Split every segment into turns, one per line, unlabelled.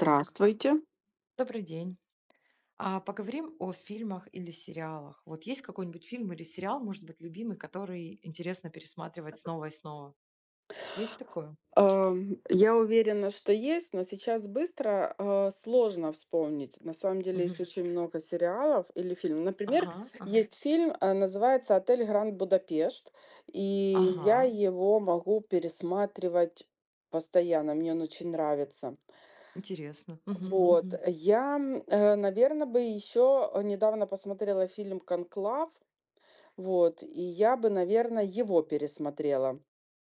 Так, добрый день. А поговорим о фильмах или сериалах. Вот есть какой-нибудь фильм или сериал, может быть, любимый, который интересно пересматривать снова и снова? Есть такое?
Я уверена, что есть, но сейчас быстро сложно вспомнить. На самом деле
Мгм.
есть очень много сериалов или фильмов. Например,
Ага, ага,
есть фильм, называется «Отель Гранд Будапешт», и Мгм.
ага,
Я его могу пересматривать постоянно, мне он очень нравится.
интересно. Мгм,
Вот,
мгм.
я, наверное, бы еще недавно посмотрела фильм «Конклав», вот, и я бы, наверное, его пересмотрела.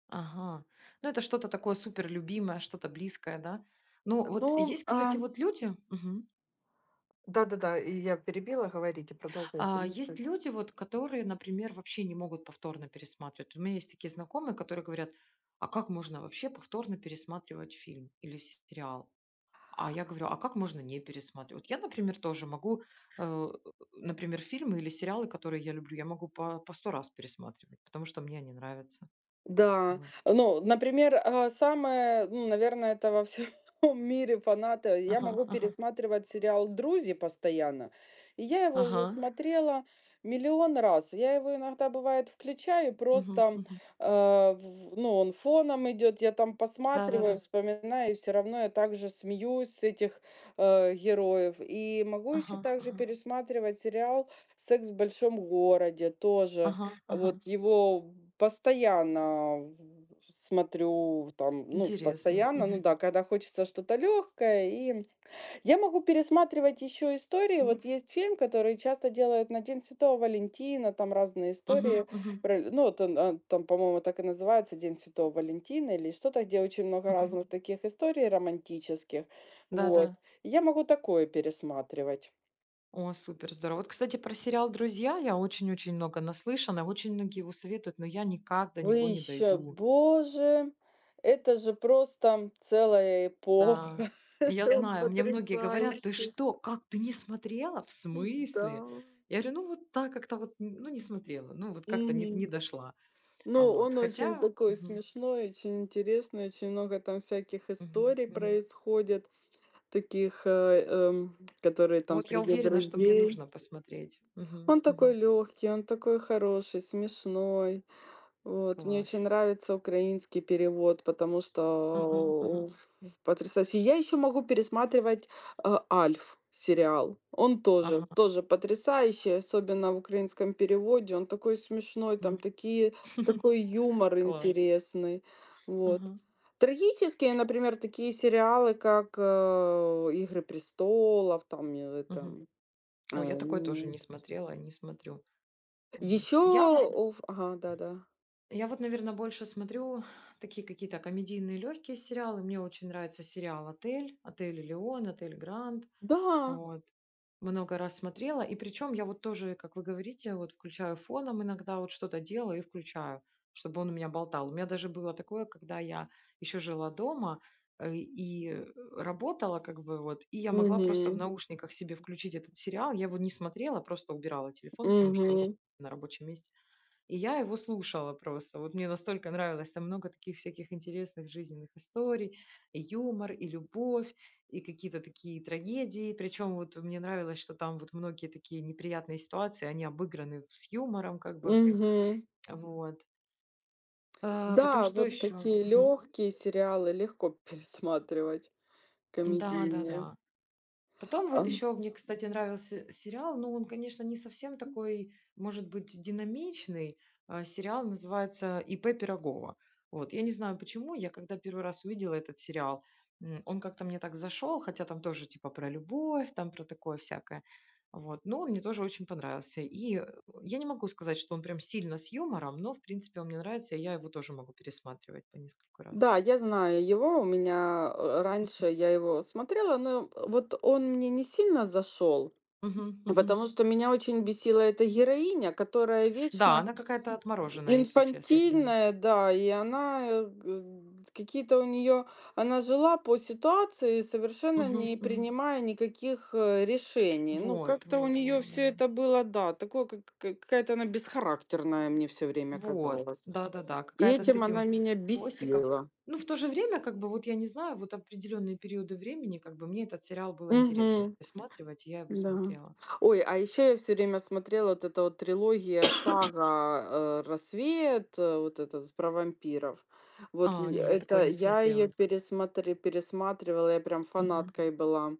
Ага. Ну, это что-то такое супер любимое, что-то близкое, да? Ну,
Ну,
вот есть, кстати, вот люди. Мгм.
Продолжай,
А есть
принцесса.
люди, вот, которые, например, вообще не могут повторно пересматривать. Вот у меня есть такие знакомые, которые говорят: а как можно вообще повторно пересматривать фильм или сериал? А я говорю: а как можно не пересматривать? Вот я, например, тоже могу, э, например, фильмы или сериалы, которые я люблю, я могу по сто раз пересматривать, потому что мне они нравятся.
Да,
Вот.
ну, например, самое, ну, наверное, это во всем мире фанаты. Я
Ага,
могу
ага,
пересматривать сериал «Друзья» постоянно. И я его уже
ага.
смотрела миллион раз. Я его иногда, бывает, включаю,
Мгм,
просто,
мгм.
ну, он фоном идет, я там посматриваю,
Да-да-да.
вспоминаю, и все равно я также смеюсь с этих героев. И могу еще
Ага,
также
ага,
пересматривать сериал «Секс в большом городе» тоже.
ага, ага.
Вот его постоянно в смотрю, там, ну,
Интересно.
постоянно, ну
Мгм.
да, когда хочется что-то легкое. И я могу пересматривать еще истории.
М?
Вот есть фильм, который часто делают на День Святого Валентина, там разные
Мгм,
истории.
мгм,
Ну, вот он, там, по-моему, так и называется День Святого Валентина или что-то, где очень много
мгм.
разных таких историй романтических.
Да-да.
Вот. Я могу такое пересматривать.
О, супер, здорово. Вот, кстати, про сериал «Друзья» я очень-очень много наслышана, очень многие его советуют, но я никак до
Вы
него не
еще,
дойду.
боже, это же просто целая эпоха.
Да, я
Он
знаю, мне многие говорят: «Ты
потрясающий.
что, как, ты не смотрела? В
Да.
смысле?» Я говорю: «Ну вот так как-то вот, н ну, не смотрела, ну вот как-то не
Мгм.
не дошла».
Ну,
Вот,
он очень
хотя.
такой
Мгм,
смешной, очень интересный, очень много там всяких
мгм,
историй
мгм.
происходит, таких, которые
Ну,
там
вот я
среди
уверена, что мне
друзей.
нужно посмотреть. Мгм,
Он такой
мгм.
легкий, он такой хороший, смешной. Вот, мне очень
Класс.
нравится украинский перевод, потому
Ага, ага,
что потрясающе. Я еще могу пересматривать, "Альф" сериал. Он тоже
ага,
тоже потрясающий, особенно в украинском переводе. Он такой смешной, там
м.
такие такой юмор
Класс.
интересный. Вот.
Ага,
Трагические, например, такие сериалы, как, "Игры престолов", там,
мгм.
там,
Ой, я
э,
такой тоже не смотрела, не смотрю. Вот.
еще, ага, да-да.
Я вот, наверное, больше смотрю такие какие-то комедийные легкие сериалы. Мне очень нравится сериал «Отель», «Отель Элеон», «Отель Гранд».
Да,
Вот. Много раз смотрела. И причем я вот тоже, как вы говорите, вот включаю фоном иногда, вот что-то делаю и включаю, чтобы он у меня болтал. У меня даже было такое, когда я еще жила дома и работала, как бы вот, и я могла просто в Мгм.
мгм.
Наушниках себе включить этот сериал. Я его не смотрела, просто убирала телефон, потому что, ну,
Мгм.
на рабочем месте. И я его слушала просто. Вот мне настолько нравилось. Там много таких всяких интересных жизненных историй. И юмор, и любовь, и какие-то такие трагедии. Причем вот мне нравилось, что там вот многие такие неприятные ситуации, они обыграны с юмором как бы.
Мгм.
Вот. Потом
Да,
что
вот
еще?
такие легкие сериалы легко пересматривать,
Да, да,
комедийные.
да. Потом вот
Ам,
еще мне, кстати, нравился сериал, но он, конечно, не совсем такой, может быть, динамичный. Сериал называется «ИП Пирогова». Вот, я не знаю почему, я когда первый раз увидела этот сериал, он как-то мне так зашел, хотя там тоже типа про любовь, там про такое всякое. Вот, но он мне тоже очень понравился. Я не могу сказать, что он прям сильно с юмором, но, в принципе, он мне нравится, и я его тоже могу пересматривать по несколько раз.
да, я знаю его. У меня, раньше я его смотрела, но вот он мне не сильно зашел,
Мгм, мгм.
потому что меня очень бесила эта героиня, которая
Да,
вечно
она какая-то отмороженная, если честно.
инфантильная, да, и она, какие-то у нее, она жила по ситуации, совершенно
Мгм,
не
мгм.
принимая никаких решений. Ну,
Вот,
как-то у
вот,
нее
вот,
все
да.
это было, да, такое, какая-то она бесхарактерная мне все время
Вот,
казалась.
да-да-да,
И
какая-то с
этим Мгм. Она
этим
меня
хвостиком.
бесила.
Ну, в то же время, как бы, вот я не знаю, вот определенные периоды времени, как бы, мне этот сериал было интересно
Мгм.
пересматривать, и я его
Да.
смотрела.
Ой, а еще я все время смотрела вот эта вот трилогия, сага, "Рассвет", вот этот про вампиров. Вот и
А, не, я такое
это
не
я ее
смотрела.
пересмотре пересматривала, я прям
Мгм.
фанаткой была.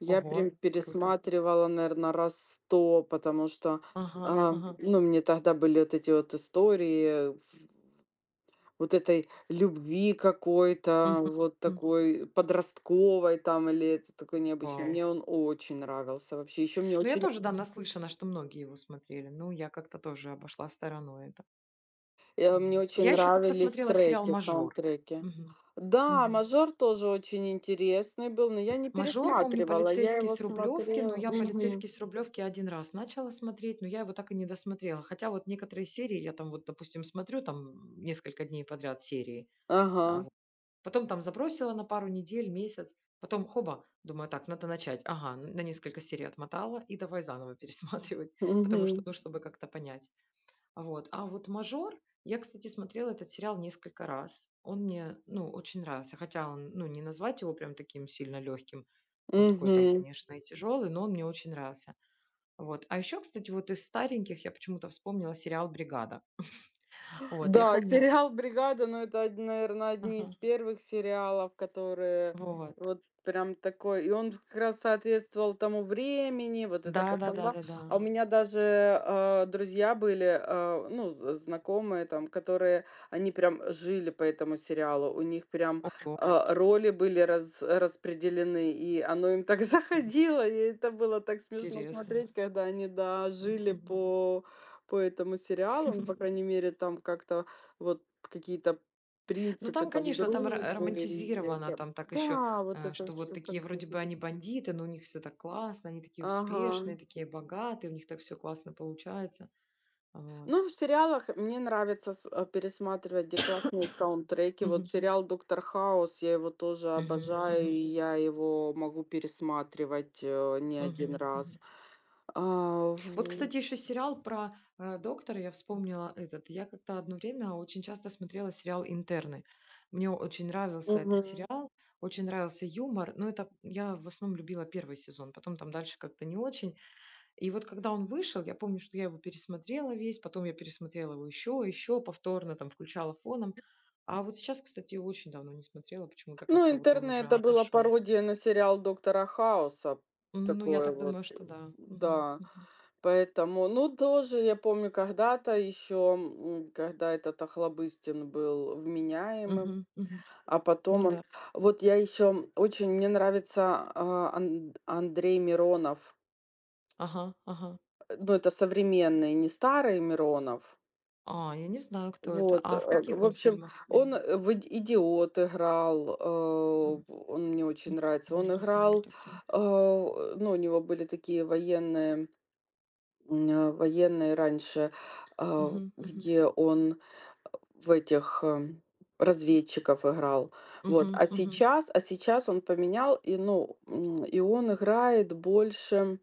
Я
Ого,
прям
круто.
пересматривала, наверное, раз 100, потому что,
Ага,
а,
ага.
ну, мне тогда были вот эти вот истории вот этой любви
Мгм,
какой-то, вот
м.
такой подростковой там или это такой необычный.
Вау.
Мне он очень нравился вообще. Еще мне
Ну, я
очень,
тоже, да, наслышана, что многие его смотрели. Ну, я как-то тоже обошла стороной это.
э, мне
Вот.
очень
Я еще как-то
нравились
смотрела сериал
треки,
«Мажор».
саундтреки.
Мгм.
Да,
Мгм.
"Мажор" тоже очень интересный был, но я не
«Мажор», помню,
пересматривала, я
«Полицейский
его
с Рублевки», но
смотрела.
я
Мгм.
«Полицейский с Рублевки» один раз начала смотреть, но я его так и не досмотрела. Хотя вот некоторые серии я там вот, допустим, смотрю там, несколько дней подряд серии,
Ага.
вот. Потом там забросила на пару недель, месяц, потом хоба, думаю: «Так, надо начать». Ага, н на несколько серий отмотала и давай заново пересматривать, потому что,
Угу.
ну, чтобы как-то понять. Вот. А вот «Мажор», я, кстати, смотрела этот сериал несколько раз. Он мне, ну, очень нравился, хотя он, ну, не назвать его прям таким сильно легким. Он такой там,
Мгм.
конечно, и тяжелый, но он мне очень нравился. Вот. А еще, кстати, вот из стареньких я почему-то вспомнила сериал «Бригада». Вот, я
Да,
помню.
сериал "Бригада", ну, это, наверное, одни из
Ага.
первых сериалов, которые
Вот.
вот прям такой. И он как раз соответствовал тому времени, вот это пацанба.
Да-да-да-да-да.
А у меня даже, друзья были, ну, з знакомые там, которые они прям жили по этому сериалу. У них прям,
Ого,
роли были раз распределены, и оно им так заходило, и это было так смешно
интересно.
смотреть, когда они, да, жили
Мгм.
по этому сериалу, ну, по крайней мере, там как-то вот какие-то
Ну,
принципы
там,
там
конечно, там ро
дружбы и
романтизировано,
это.
там так еще,
Да, вот это
что вот
все
такие
так.
вроде бы они бандиты, но у них все так классно, они такие
Ага.
успешные, такие богатые, у них так все классно получается. Вот.
Ну, в сериалах мне нравится пересматривать, где классные саундтреки. Вот
Мгм.
сериал "Доктор Хаус", я его тоже
Мгм.
обожаю, и
Мгм.
я его могу пересматривать, не один
Мгм.
раз.
Мгм.
А,
Вот,
в
кстати, еще сериал про, доктора, я вспомнила этот. Я как-то одно время очень часто смотрела сериал «Интерны». Мне очень нравился этот
мгм.
сериал, очень нравился юмор, но это я в основном любила первый сезон, потом там дальше как-то не очень. И вот когда он вышел, я помню, что я его пересмотрела весь, потом я пересмотрела его еще повторно, там, включала фоном. А вот сейчас, кстати, очень давно не смотрела, почему-то
ну,
как-то вот он уже
это была
отошел.
пародия на сериал "Доктора Хауса".
Ну, я
Такое
так
вот,
думаю, что да. Мгм,
да.
мгм.
Поэтому, ну, тоже я помню когда-то еще, когда этот Охлобыстин был вменяемым,
Мгм, мгм.
а
Ну
потом он.
да.
Вот, я еще очень мне нравится, а, Ан Андрей Миронов.
Ага, ага.
Ну, это современный, не старый Миронов.
А, я не знаю, кто это.
Вот,
А в каких
в
он
общем,
фильмах
он
снимался?
в "Иди идиот" играл, э,
Мгм,
в он мне очень
м.
нравится.
Не,
Он
не знаю
играл,
такого.
ну, у него были такие военные, военные раньше,
Мгм, мгм.
где он в этих, разведчиков играл. Вот,
Мгм,
а
мгм.
сейчас а сейчас он поменял, и, ну, и он играет больше,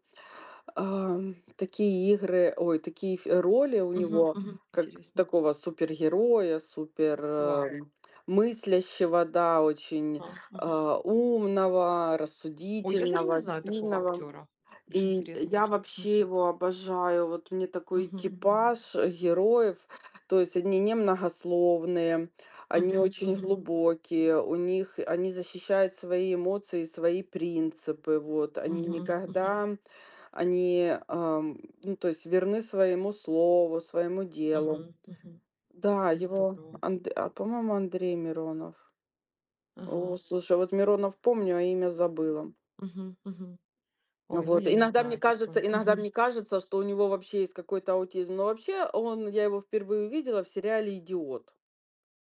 такие игры, ой, такие фи роли у
Мгм,
него,
мгм.
как
Интересно.
такого супергероя, супер,
Вау.
мыслящего, да, очень,
А, ага.
умного,
Ой, я даже не
рассудительного,
знаю такого
сильного.
актера. Аж
И
интересно,
я
нужно
вообще
посмотреть.
его обожаю. Вот мне такой
Мгм, мгм,
экипаж героев, то есть они немногословные, они
мгм,
очень
мгм,
глубокие, у них они защищают свои эмоции, свои принципы. Вот они Мгм.
мгм, мгм,
Никогда, они, ну то есть верны своему слову, своему делу.
мгм, мгм.
Да, его,
Здорово.
По-моему, Андрей Миронов. О,
Ага.
слушай, вот Миронов помню, а имя забыла.
Мгм, мгм. Ой, ну
Вот.
я не знаю такой.
Иногда
Мгм,
мне кажется, что у него вообще есть какой-то аутизм, но вообще он, я его впервые увидела в сериале "Идиот".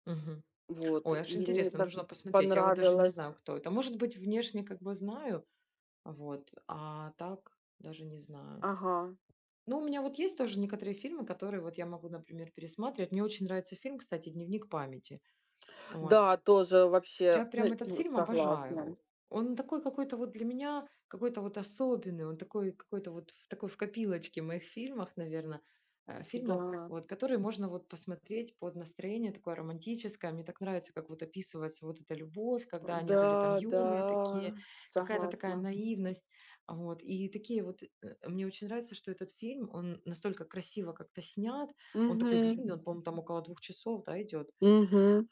мгм.
Вот,
Ой, аж
и мне
интересно,
так
нужно посмотреть. Я вот даже не
понравилось.
знаю, кто это. Может быть, внешне как бы знаю, вот, а так даже не знаю.
Ага.
Ну, у меня вот есть тоже некоторые фильмы, которые вот я могу, например, пересматривать. Мне очень нравится фильм, кстати, «Дневник памяти». Вот.
Да, тоже вообще
Я прям этот фильм
согласна.
обожаю. Он такой какой-то вот для меня, какой-то вот особенный, он такой какой-то вот в такой в копилочке моих фильмах, наверное,
Да,
фильмов, вот, которые можно вот посмотреть под настроение такое романтическое. Мне так нравится, как вот описывается вот эта любовь, когда они были там
да,
юные
да,
такие, какая-то такая
согласна.
наивность. Вот. И такие вот, мне очень нравится, что этот фильм, он настолько красиво как-то снят, он такой
Угу,
длинный, он, по-моему, там около 2 часов, да, идет.
угу.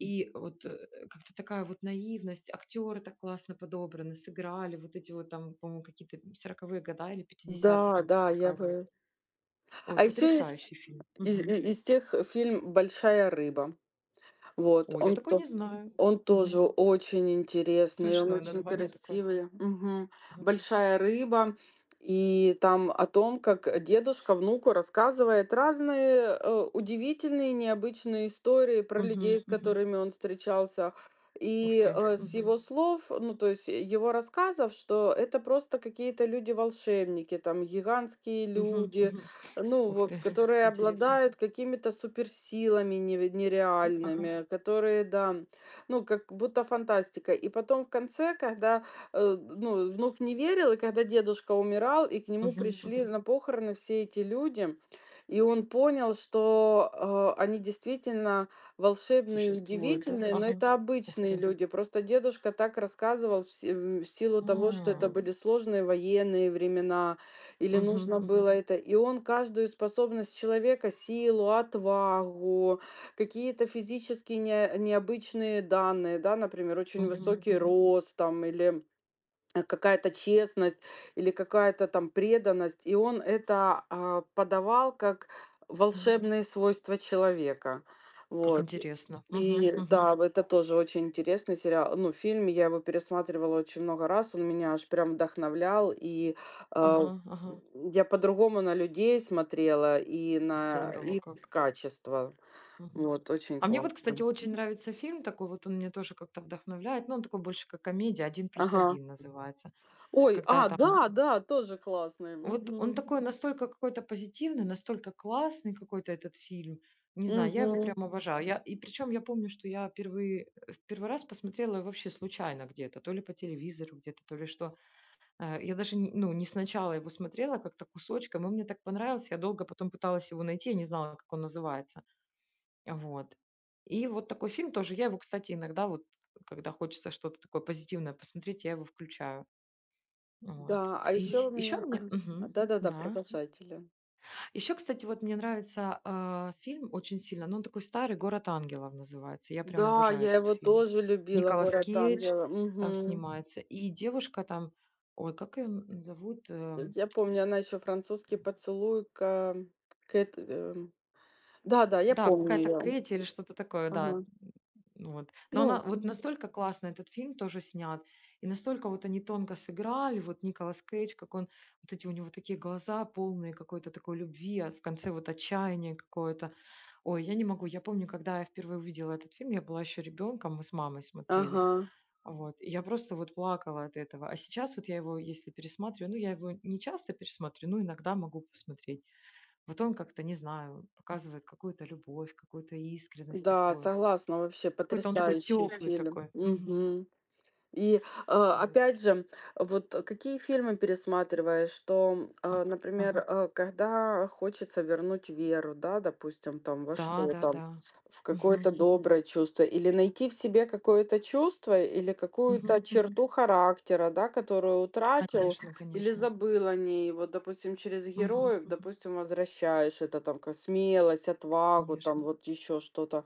И вот как-то такая вот наивность, актеры так классно подобраны, сыграли, вот эти вот там, по-моему, какие-то сороковые года или пятидесятые
Да,
там
да, я бы.
показываются. Ой,
А еще из
потрясающий фильм.
из
Мгм.
из тех фильм "Большая рыба". Вот,
Ой, я такой не знаю.
Он
Мгм.
тоже очень интересный, он
Смешное
очень
название такое.
красивый. Мгм.
Ага.
"Большая рыба". И там о том, как дедушка внуку рассказывает разные, удивительные, необычные истории про
Мгм,
людей, с
мгм.
которыми он встречался.
Ух
И,
ты.
с
Мгм,
его слов, ну, то есть его рассказов, что это просто какие-то люди-волшебники, там гигантские
мгм,
люди,
мгм.
ну,
Ух
вот,
ты, как
которые
интересно.
обладают какими-то суперсилами неве
А, ага.
нереальными, которые, да, ну, как будто фантастика. И потом в конце, когда, ну, внук не верил, и когда дедушка умирал, и к нему Мгм.
Мгм,
Пришли
мгм.
на похороны все эти люди, и он понял, что они действительно волшебные и
Существует, да?
удивительные, но
Ага.
это
Ух
обычные
ты.
люди. Просто дедушка так рассказывал в силу того, что это
А,
были сложные военные времена, или
мгм,
нужно мгм.
мгм,
Было это. И он каждую способность человека, силу, отвагу, какие-то физически не необычные данные, да, например, очень Мгм.
мгм,
Высокий
мгм,
рост там или, какая-то честность, или какая-то там преданность. И он это, подавал как
мгм.
волшебные свойства человека.
Как
Вот.
интересно. Мгм,
И Мгм.
мгм.
Да, это тоже очень интересный сериал, ну, фильм. Я его пересматривала очень много раз, он меня аж прям вдохновлял. И, а,
Ага, ага.
я по-другому на людей смотрела и на
Здорово
их
как.
качества.
Мгм.
Вот, очень
А мне вот,
классно.
кстати, очень нравится фильм такой, вот он меня тоже как-то вдохновляет, но он такой больше как комедия, «Один плюс
Ага.
один» называется.
Ой,
Когда там
да, да, тоже классные.
вот он
Мгм.
такой настолько какой-то позитивный, настолько классный какой-то этот фильм. Не знаю, я его прям
Мгм.
обожаю. Я и причем я помню, что я в первый раз посмотрела его вообще случайно где-то, то ли по телевизору где-то, то ли что. Я даже н ну, не сначала его смотрела, а как-то кусочком, и мне так понравился, я долго потом пыталась его найти, я не знала, как он называется. Вот. И вот такой фильм тоже. Я его, кстати, иногда вот, когда хочется что-то такое позитивное посмотреть, я его включаю. Вот.
Да, а еще у
И еще
меня,
мне...
ага,
Мгм.
да-да-да,
Да.
продолжатели.
Еще, кстати, вот мне нравится фильм очень сильно. Ну, он такой старый, «Город ангелов» называется. Я прям
Да,
обожаю
я
этот
его
фильм.
тоже любила,
Николас
"Город
Кейдж
ангела".
там
Мгм.
снимается. И девушка там... Ой, как ее зовут?
Я помню, она еще "Французский поцелуй", ка Кэт. Да-да, я
Да,
помню
какая-то
ее.
Кэти или что-то такое, да.
Ага.
М, вот. Но
Ну,
она вот настолько классно этот фильм тоже снят, и настолько вот они тонко сыграли, вот Николас Кейдж, как он, вот эти у него такие глаза полные какой-то такой любви, а в конце вот отчаяние какое-то. Ой, я не могу, я помню, когда я впервые увидела этот фильм, я была еще ребенком, мы с мамой смотрели,
ага.
вот, и я просто вот плакала от этого. А сейчас вот я его, если пересматриваю, ну, я его не часто пересматриваю, но иногда могу посмотреть. Вот он как-то, не знаю, показывает какую-то любовь, какую-то искренность
Да,
такую.
согласна, вообще
Какой-то он такой
потрясающий
теплый
фильм.
такой. Мгм.
Мгм. И,
Вот.
опять же, вот какие фильмы пересматриваешь, что,
А,
например,
ага.
когда хочется вернуть веру, да, допустим, там во
Да, да,
что-то,
да.
в
Мгм,
какое-то
мгм,
доброе чувство, или найти в себе какое-то чувство, или какую-то
мгм, мгм.
черту характера, да, которую утратил
Конечно,
или
конечно.
забыл о ней. Вот, допустим, через
Мгм,
героев,
мгм.
допустим, возвращаешь это там, смелость, отвагу, там
Конечно.
вот еще что-то.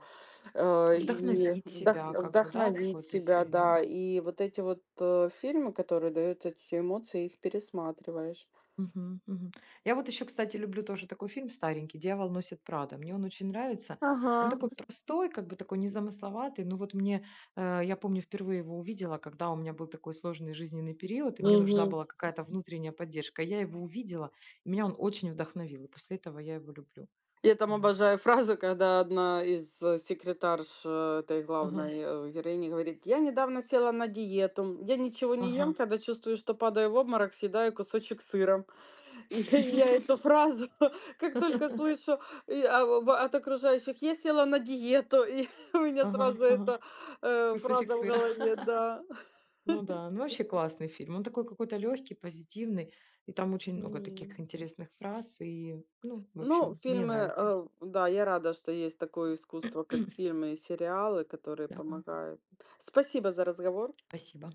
И
Вдохновить
вдох
себя, как бы, да,
вдохновить
какой-то
себя, да.
фильм.
И вот эти вот, фильмы, которые дают эти эмоции, их пересматриваешь.
Мгм, мгм. Я вот еще, кстати, люблю тоже такой фильм старенький «Дьявол носит Прада». Мне он очень нравится. Он
Ага.
такой простой, как бы такой незамысловатый. Ну вот мне, я помню, впервые его увидела, когда у меня был такой сложный жизненный период, и мне нужна
Мгм.
была какая-то внутренняя поддержка. Я его увидела, и меня он очень вдохновил. И после этого я его люблю.
Я там
Вот.
обожаю фразу, когда одна из, секретарш, этой
Ага,
главной, героини говорит: "Я недавно села на диету. Я ничего не ем,
ага.
когда чувствую, что падаю в обморок, съедаю кусочек сыра". Я эту фразу как только слышу и, а, в от окружающих: "Я села на диету", и у меня
Ага,
сразу
ага.
эта,
Кусочек
фраза в
сыра.
голове, да.
Ну да, ну вообще классный фильм. Он такой какой-то легкий, позитивный, и там очень много таких
М.
интересных фраз. И, ну, в
Ну,
общем, мне
фильмы,
нравится.
да, я рада, что есть такое искусство, как фильмы и сериалы, которые
Да,
помогают. Спасибо за разговор.
спасибо.